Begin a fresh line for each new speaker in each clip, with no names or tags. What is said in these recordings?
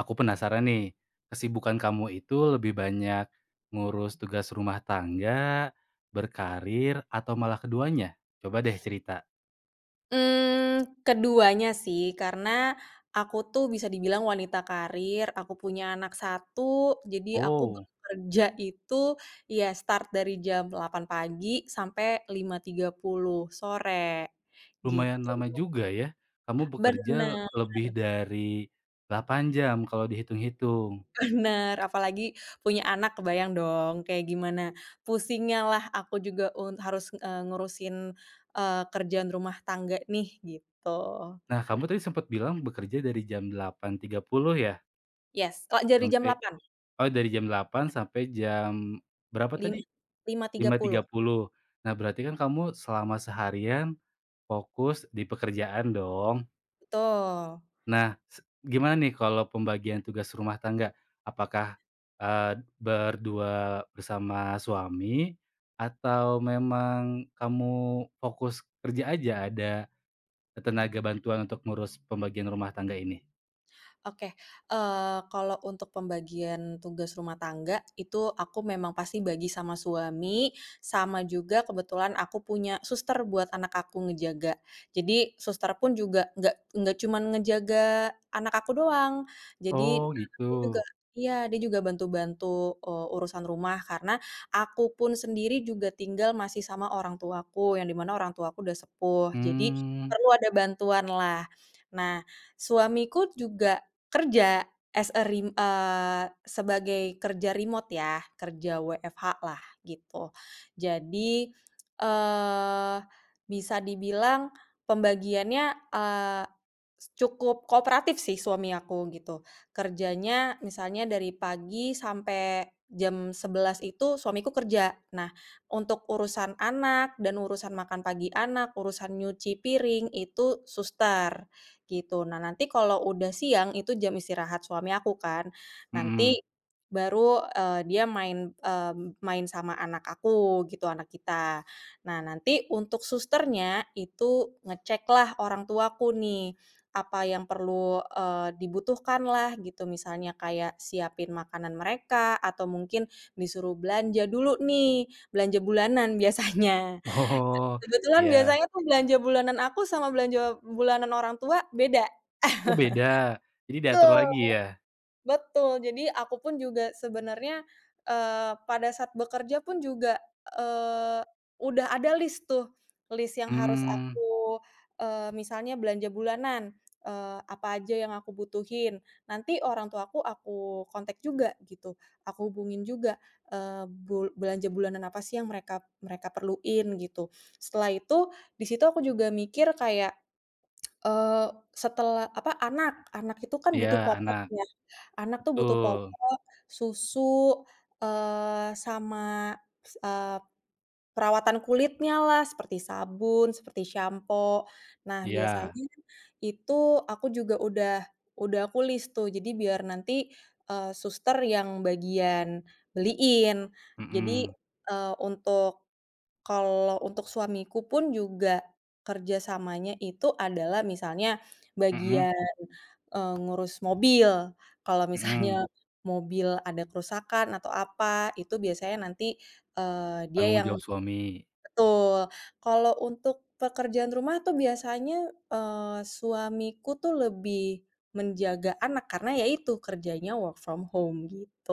Aku penasaran nih, kesibukan kamu itu lebih banyak ngurus tugas rumah tangga, berkarir, atau malah keduanya? Coba deh cerita.
Keduanya sih, karena aku tuh bisa dibilang wanita karir, aku punya anak satu, jadi aku
Oh,
bekerja itu ya start dari jam 8 pagi sampai 5.30 sore,
lumayan
gitu.
lama juga ya. Kamu
Bener
bekerja
bener,
lebih dari 8 jam kalau dihitung-hitung.
apalagi punya anak kebayang dong kayak gimana pusingnya lah aku juga harus, ngurusin, kerjaan rumah tangga nih, gitu.
Nah, kamu tadi sempat bilang bekerja dari jam 08.30 ya?
Yes, kalau dari jam
Sampai,
delapan.
oh, dari jam 8 sampai jam berapa
Lima
tadi?
lima tiga
lima
puluh,
tiga puluh. Nah, berarti kan kamu selama seharian fokus di pekerjaan dong?
betul.
Nah, se gimana nih kalau pembagian tugas rumah tangga? Apakah, eee, berdua bersama suami atau memang kamu fokus kerja aja ada tenaga bantuan untuk ngurus pembagian rumah tangga ini?
Oke, kalau untuk pembagian tugas rumah tangga, itu aku memang pasti bagi sama suami, sama juga kebetulan aku punya suster buat anak aku ngejaga. Jadi suster pun juga nggak cuman ngejaga anak aku doang, jadi
Oh gitu,
dia juga, iya, dia juga bantu-bantu, urusan rumah karena aku pun sendiri juga tinggal masih sama orang tuaku, yang dimana mana orang tuaku udah sepuh, jadi
mmm,
perlu ada bantuan lah. Nah, suamiku juga Kerja, as a rem eee, sebagai kerja remote ya, kerja WFH-lah gitu. Jadi, eee, bisa dibilang pembagiannya, eee, cukup kooperatif sih suami aku gitu. Kerjanya misalnya dari pagi sampai jam 11 itu suamiku kerja. Nah, untuk urusan anak dan urusan makan pagi anak, urusan nyuci piring itu suster gitu. Nah, nanti kalau udah siang itu jam istirahat suami aku kan. Nanti
mhm.
baru, dia main, main sama anak aku gitu, anak kita. Nah, nanti untuk susternya itu ngeceklah orang tuaku nih, apa yang perlu, dibutuhkan lah gitu. Misalnya kayak siapin makanan mereka atau mungkin disuruh belanja dulu nih, belanja bulanan biasanya.
Oh,
Kebetulan
ya.
biasanya tuh belanja bulanan aku sama belanja bulanan orang tua beda.
Oh, beda, jadi diatur
Tuh.
lagi ya?
Betul, jadi aku pun juga sebenarnya, pada saat bekerja pun juga, eee, udah ada list tuh, list yang harus
Hmm,
aku, misalnya belanja bulanan, apa aja yang aku butuhin. Nanti orang tuaku aku kontak juga gitu, aku hubungin juga, eee, bul belanja bulanan apa sih yang mereka mereka perluin gitu. Setelah itu, di situ aku juga mikir kayak, eee, setelah apa, anak itu kan butuh
ya,
popok
anak,
ya. Anak tuh butuh
betul,
popok, susu, sama s eee, perawatan kulitnya lah, seperti sabun, seperti sampo. Nah,
iya,
biasanya itu aku juga udah aku list tuh, jadi biar nanti, suster yang bagian beliin. Jadi,
mhm,
eee, untuk kalau untuk suamiku pun juga kerjasamanya itu adalah misalnya
mhm,
bagian ngurus mobil. Kalau misalnya
mhm,
mobil ada kerusakan atau apa, itu biasanya nanti, dia
tanggung
yang
jawab suami.
betul. Kalau untuk pekerjaan rumah tuh biasanya, suamiku tuh lebih menjaga anak, karena ya itu, kerjanya work from home, gitu.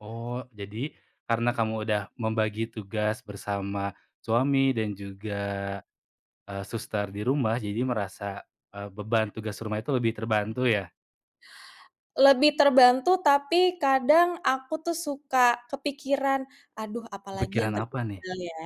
Oh, jadi karena kamu udah membagi tugas bersama suami dan juga, suster di rumah, jadi merasa, beban tugas rumah itu lebih terbantu ya?
Lebih terbantu, tapi kadang aku tuh suka kepikiran, "Aduh, apalagi yang
Pikiran apa nih?
tertinggal ya?"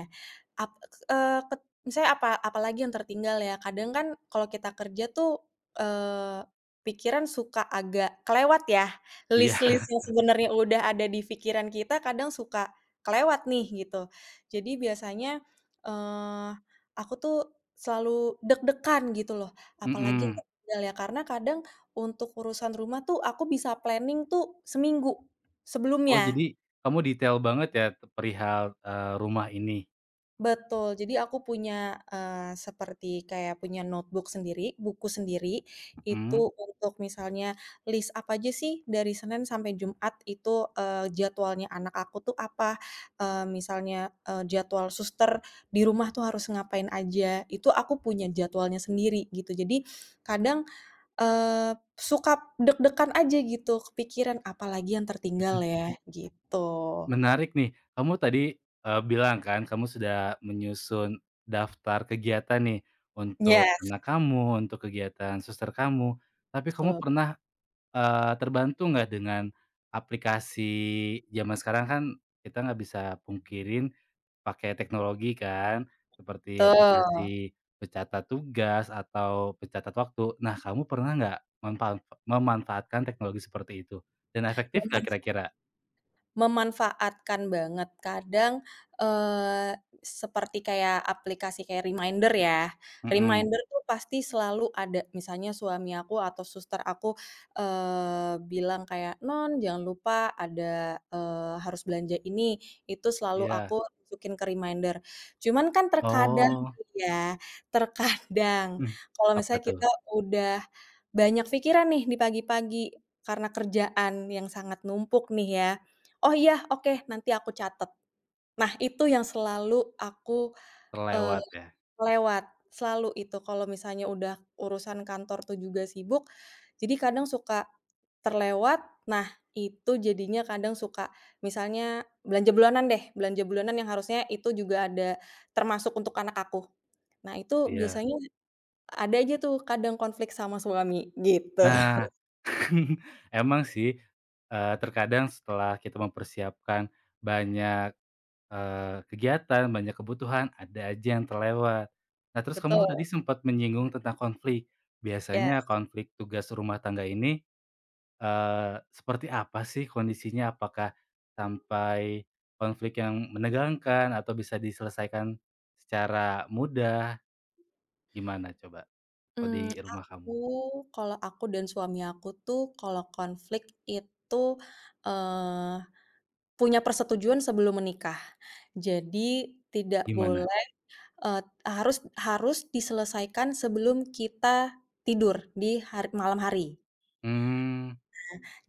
Ap eee, ket misalnya apalagi yang tertinggal ya, kadang kan kalau kita kerja tuh, eee, pikiran suka agak kelewat ya,
Iya,
list-list yang sebenarnya udah ada di pikiran kita kadang suka kelewat nih gitu. Jadi biasanya, eee, aku tuh selalu deg-degan gitu loh, apalagi yang
mhm.
tertinggal ya, karena kadang untuk urusan rumah tuh aku bisa planning tuh seminggu
Oh,
sebelumnya.
jadi kamu detail banget ya perihal, rumah ini?
Betul, jadi aku punya, seperti kayak punya notebook sendiri, buku sendiri, itu
Mhm.
untuk misalnya list apa aja sih dari Senin sampai Jumat itu, jadwalnya anak aku tuh apa, misalnya, jadwal suster di rumah tuh harus ngapain aja, itu aku punya jadwalnya sendiri gitu. Jadi kadang, eee, suka deg-degan aja gitu, kepikiran, apalagi yang tertinggal ya?" Gitu.
Menarik nih, kamu tadi, bilang kan kamu sudah menyusun daftar kegiatan nih untuk
Yes,
anak kamu, untuk kegiatan suster kamu, tapi kamu
betul
pernah terbantu nggak dengan aplikasi zaman sekarang kan kita nggak bisa pungkirin pakai teknologi kan, seperti
betul.
aplikasi pencatat tugas atau pencatat waktu. Nah, kamu pernah nggak mempa memanfaatkan teknologi seperti itu? Dan efektif nggak
Momen
kira-kira?
Memanfaatkan banget. Kadang, eee, seperti kayak aplikasi kayak reminder ya.
Mhm,
Reminder tuh pasti selalu ada. Misalnya suami aku atau suster aku, bilang kayak, "Non, jangan lupa ada, harus belanja ini." Itu selalu
iya.
aku masukin ke reminder. Cuman kan
Oh,
ya, terkadang
mmm,
kalau
apa
misalnya
tuh?
kita udah banyak pikiran nih di pagi-pagi karena kerjaan yang sangat numpuk nih ya, oh iya, oke, nanti aku catet. Nah, itu yang selalu aku, eee,
Terlewat ya?
lewat, selalu itu kalau misalnya udah urusan kantor tuh juga sibuk, jadi kadang suka terlewat. Nah, itu jadinya kadang suka misalnya belanja bulanan deh, belanja bulanan yang harusnya itu juga ada termasuk untuk anak aku. Nah, itu
Iya.
biasanya ada aja tuh kadang konflik sama suami, gitu.
Nah, emang sih, terkadang setelah kita mempersiapkan banyak kegiatan, banyak kebutuhan, ada aja yang terlewat. Nah, terus kamu tadi
Betul.
sempat menyinggung tentang konflik.
Yes.
Biasanya konflik tugas rumah tangga ini, seperti apa sih kondisinya? Apakah sampai konflik yang menegangkan atau bisa diselesaikan secara mudah? Gimana coba kalau
Mmm,
di rumah kamu?
aku kalau aku dan suami aku tuh kalau konflik itu, eee, punya persetujuan sebelum menikah. Jadi tidak
Gimana?
boleh, eee, harus harus diselesaikan sebelum kita tidur di hari malam hari.
Mmm,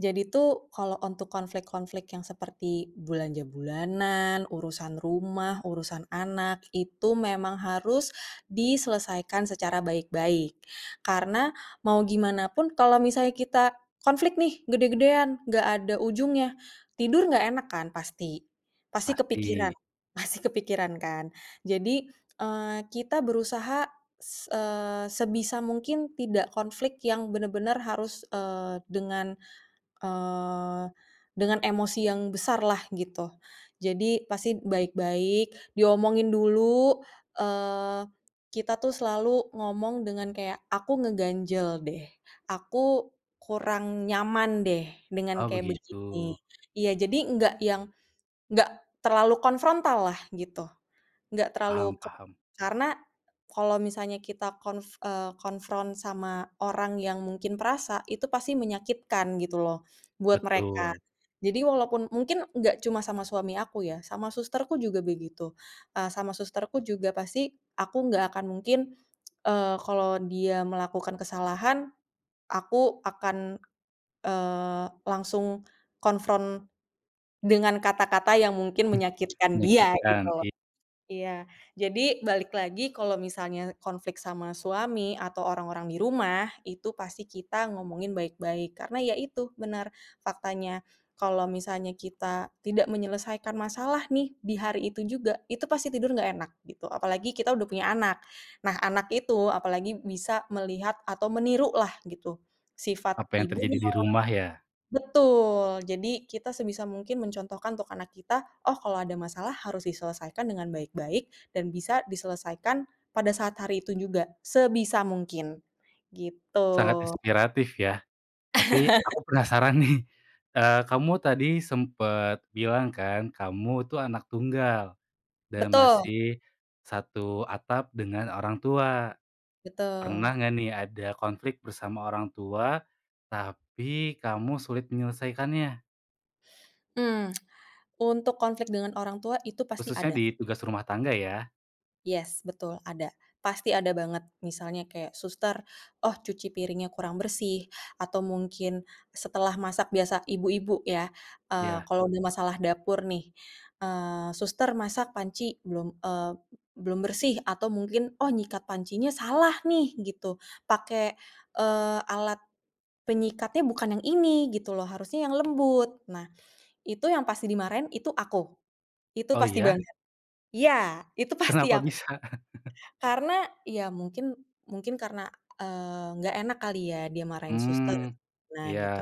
Jadi tuh kalau untuk konflik-konflik yang seperti belanja bulanan, urusan rumah, urusan anak, itu memang harus diselesaikan secara baik-baik. Karena mau gimana pun kalau misalnya kita konflik nih gede-gedean, nggak ada ujungnya, tidur nggak enak kan pasti. Pasti kepikiran,
Pasti.
pasti kepikiran kan. Jadi, kita berusaha sebisa mungkin tidak konflik yang benar-benar harus, Eee, dengan emosi yang besar lah gitu. Jadi pasti baik-baik, diomongin dulu, eee, kita tuh selalu ngomong dengan kayak, "Aku ngeganjel deh, aku kurang nyaman deh dengan
Oh,
kayak
begitu.
begini." Iya, jadi nggak yang nggak terlalu konfrontal lah gitu. Nggak
Paham,
terlalu ke
paham.
karena kalau misalnya kita konfront sama orang yang mungkin perasa, itu pasti menyakitkan gitu loh buat mereka.
Betul,
Jadi walaupun mungkin nggak cuma sama suami aku ya, sama susterku juga begitu. Sama susterku juga pasti aku nggak akan mungkin, kalau dia melakukan kesalahan, aku akan, langsung konfront dengan kata-kata yang mungkin menyakitkan dia
menyakitkan,
gitu.
iya.
Iya, jadi balik lagi kalau misalnya konflik sama suami atau orang-orang di rumah, itu pasti kita ngomongin baik-baik. Karena ya itu, benar faktanya. Kalau misalnya kita tidak menyelesaikan masalah nih di hari itu juga, itu pasti tidur nggak enak gitu. Apalagi kita udah punya anak. Nah, anak itu apalagi bisa melihat atau meniru lah gitu sifat
Apa yang
ibunya.
terjadi di rumah ya?
Betul, jadi kita sebisa mungkin mencontohkan untuk anak kita, oh kalau ada masalah harus diselesaikan dengan baik-baik dan bisa diselesaikan pada saat hari itu juga, sebisa mungkin, gitu.
Sangat inspiratif ya. Tapi aku penasaran nih, kamu tadi sempet bilang kan, kamu tuh anak tunggal dan
Betul
masih satu atap dengan orang tua.
betul.
Pernah nggak nih ada konflik bersama orang tua, tapi kamu sulit menyelesaikannya?
Hmm. Untuk konflik dengan orang tua itu pasti
Khususnya
ada.
di tugas rumah tangga ya?
Yes, betul ada. Pasti ada banget. Misalnya kayak suster, oh cuci piringnya kurang bersih, atau mungkin setelah masak biasa ibu-ibu ya,
Iya.
kalau udah masalah dapur nih, suster masak panci belum, belum bersih atau mungkin, oh nyikat pancinya salah nih gitu, pakai, alat penyikatnya bukan yang ini gitu loh, harusnya yang lembut. Nah, itu yang pasti dimarahin itu aku, itu
Oh
pasti
iya?
banget. Iya, itu pasti
Kenapa
aku.
bisa?
Karena ya mungkin mungkin karena, nggak enak kali ya dia marahin suster,
Mmm,
nah
iya,
gitu.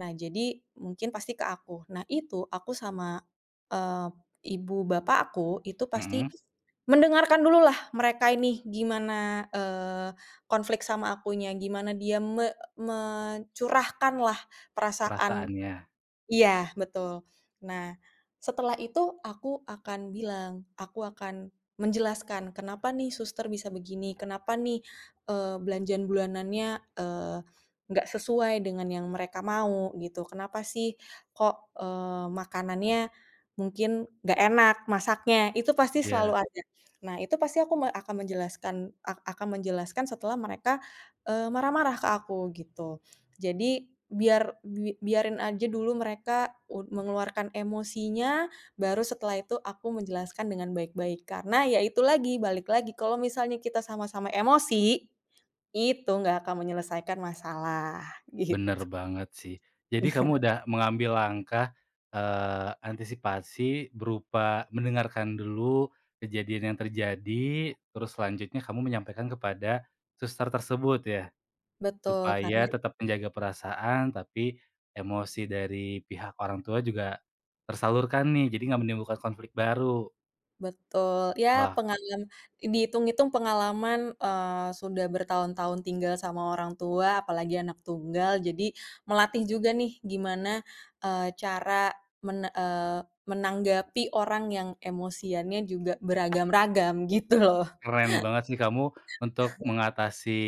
Nah jadi mungkin pasti ke aku. Nah itu aku sama, eee, ibu bapak aku itu pasti
mhm,
mendengarkan dululah mereka ini gimana, konflik sama akunya, gimana dia mencurahkanlah perasaan.
perasaannya,
Iya, betul. Nah, setelah itu aku akan bilang, aku akan menjelaskan kenapa nih suster bisa begini, kenapa nih, belanjaan bulanannya, eee, nggak sesuai dengan yang mereka mau gitu. Kenapa sih kok, makanannya mungkin nggak enak masaknya, itu pasti
iya.
selalu ada. Nah, itu pasti aku akan menjelaskan akan menjelaskan setelah mereka, marah-marah ke aku gitu. Jadi biar biarin aja dulu mereka mengeluarkan emosinya, baru setelah itu aku menjelaskan dengan baik-baik. Karena ya itu lagi, balik lagi, kalau misalnya kita sama-sama emosi, itu nggak akan menyelesaikan masalah,
Bener
gitu.
banget sih. Jadi kamu udah mengambil langkah, antisipasi berupa mendengarkan dulu kejadian yang terjadi, terus selanjutnya kamu menyampaikan kepada suster tersebut ya?
Betul, karena
Supaya tetap menjaga perasaan, tapi emosi dari pihak orang tua juga tersalurkan nih, jadi nggak menimbulkan konflik baru.
Betul, ya
Wah,
pengalaman dihitung-hitung pengalaman, sudah bertahun-tahun tinggal sama orang tua, apalagi anak tunggal, jadi melatih juga nih gimana, cara menanggapi orang yang emosiannya juga beragam-ragam gitu loh.
keren banget sih kamu untuk mengatasi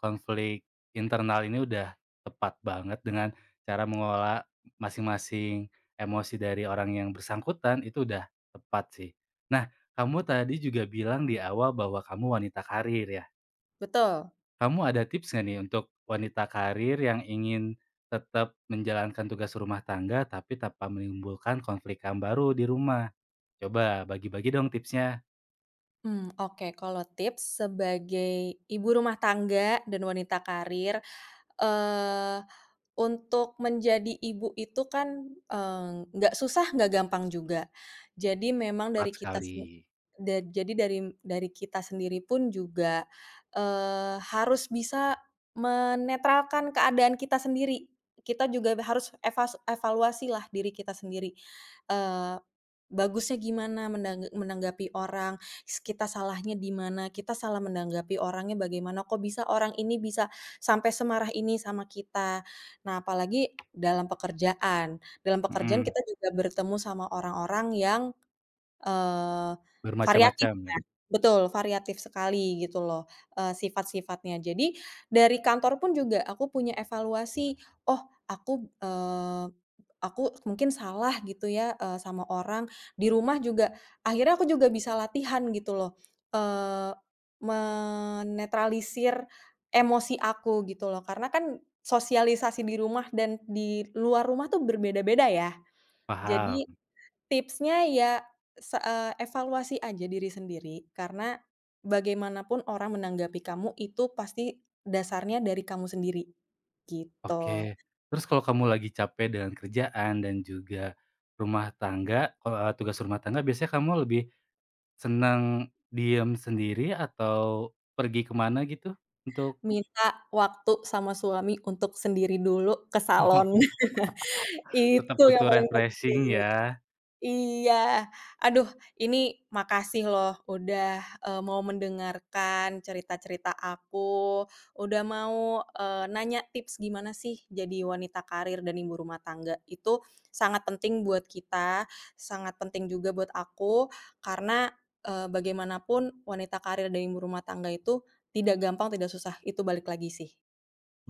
konflik internal ini udah tepat banget dengan cara mengelola masing-masing emosi dari orang yang bersangkutan, itu udah tepat sih. Nah, kamu tadi juga bilang di awal bahwa kamu wanita karir ya.
Betul.
Kamu ada tips nggak nih untuk wanita karir yang ingin tetap menjalankan tugas rumah tangga tapi tanpa menimbulkan konflik yang baru di rumah? Coba bagi-bagi dong tipsnya,
Oke kalau tips sebagai ibu rumah tangga dan wanita karir, eee untuk menjadi ibu itu kan, nggak susah, nggak gampang juga. Jadi memang
tepat
dari kita
sekali.
sen da jadi dari kita sendiri pun juga, harus bisa menetralkan keadaan kita sendiri. Kita juga harus evaluasi lah diri kita sendiri, eee, bagusnya gimana menanggapi orang, kita salahnya di mana, kita salah menanggapi orangnya bagaimana, kok bisa orang ini bisa sampai semarah ini sama kita. Nah, apalagi dalam pekerjaan. Dalam pekerjaan
Mhm.
kita juga bertemu sama orang-orang yang, Eee, variatif
Bermacam-macam
ya
ya?
betul, variatif sekali gitu loh, sifat-sifatnya. Jadi dari kantor pun juga aku punya evaluasi, "Oh aku, aku mungkin salah gitu ya, sama orang." Di rumah juga akhirnya aku juga bisa latihan gitu loh, eee, menetralisir emosi aku gitu loh. Karena kan sosialisasi di rumah dan di luar rumah tuh berbeda-beda ya. Jadi
Paham,
tipsnya ya evaluasi aja diri sendiri, karena bagaimanapun orang menanggapi kamu itu pasti dasarnya dari kamu sendiri,
oke.
gitu.
Terus kalau kamu lagi capek dengan kerjaan dan juga rumah tangga, kalau, tugas rumah tangga biasanya kamu lebih senang diem sendiri atau pergi ke mana gitu untuk
Minta waktu sama suami untuk sendiri dulu ke salon.
tetap
Itu yang
butuh
paling penting.
refreshing ya.
Iya. Aduh, ini makasih loh udah, mau mendengarkan cerita-cerita aku, udah mau, nanya tips gimana sih jadi wanita karir dan ibu rumah tangga. Itu sangat penting buat kita, sangat penting juga buat aku, karena, bagaimanapun wanita karir dan ibu rumah tangga itu tidak gampang, tidak susah, itu balik lagi sih,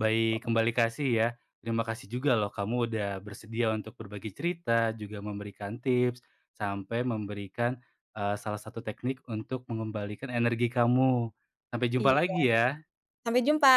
gitu.
kembali kasih ya. Terima kasih juga loh kamu udah bersedia untuk berbagi cerita, juga memberikan tips, sampai memberikan, salah satu teknik untuk mengembalikan energi kamu. Sampai jumpa
Iya,
lagi ya.
sampai jumpa.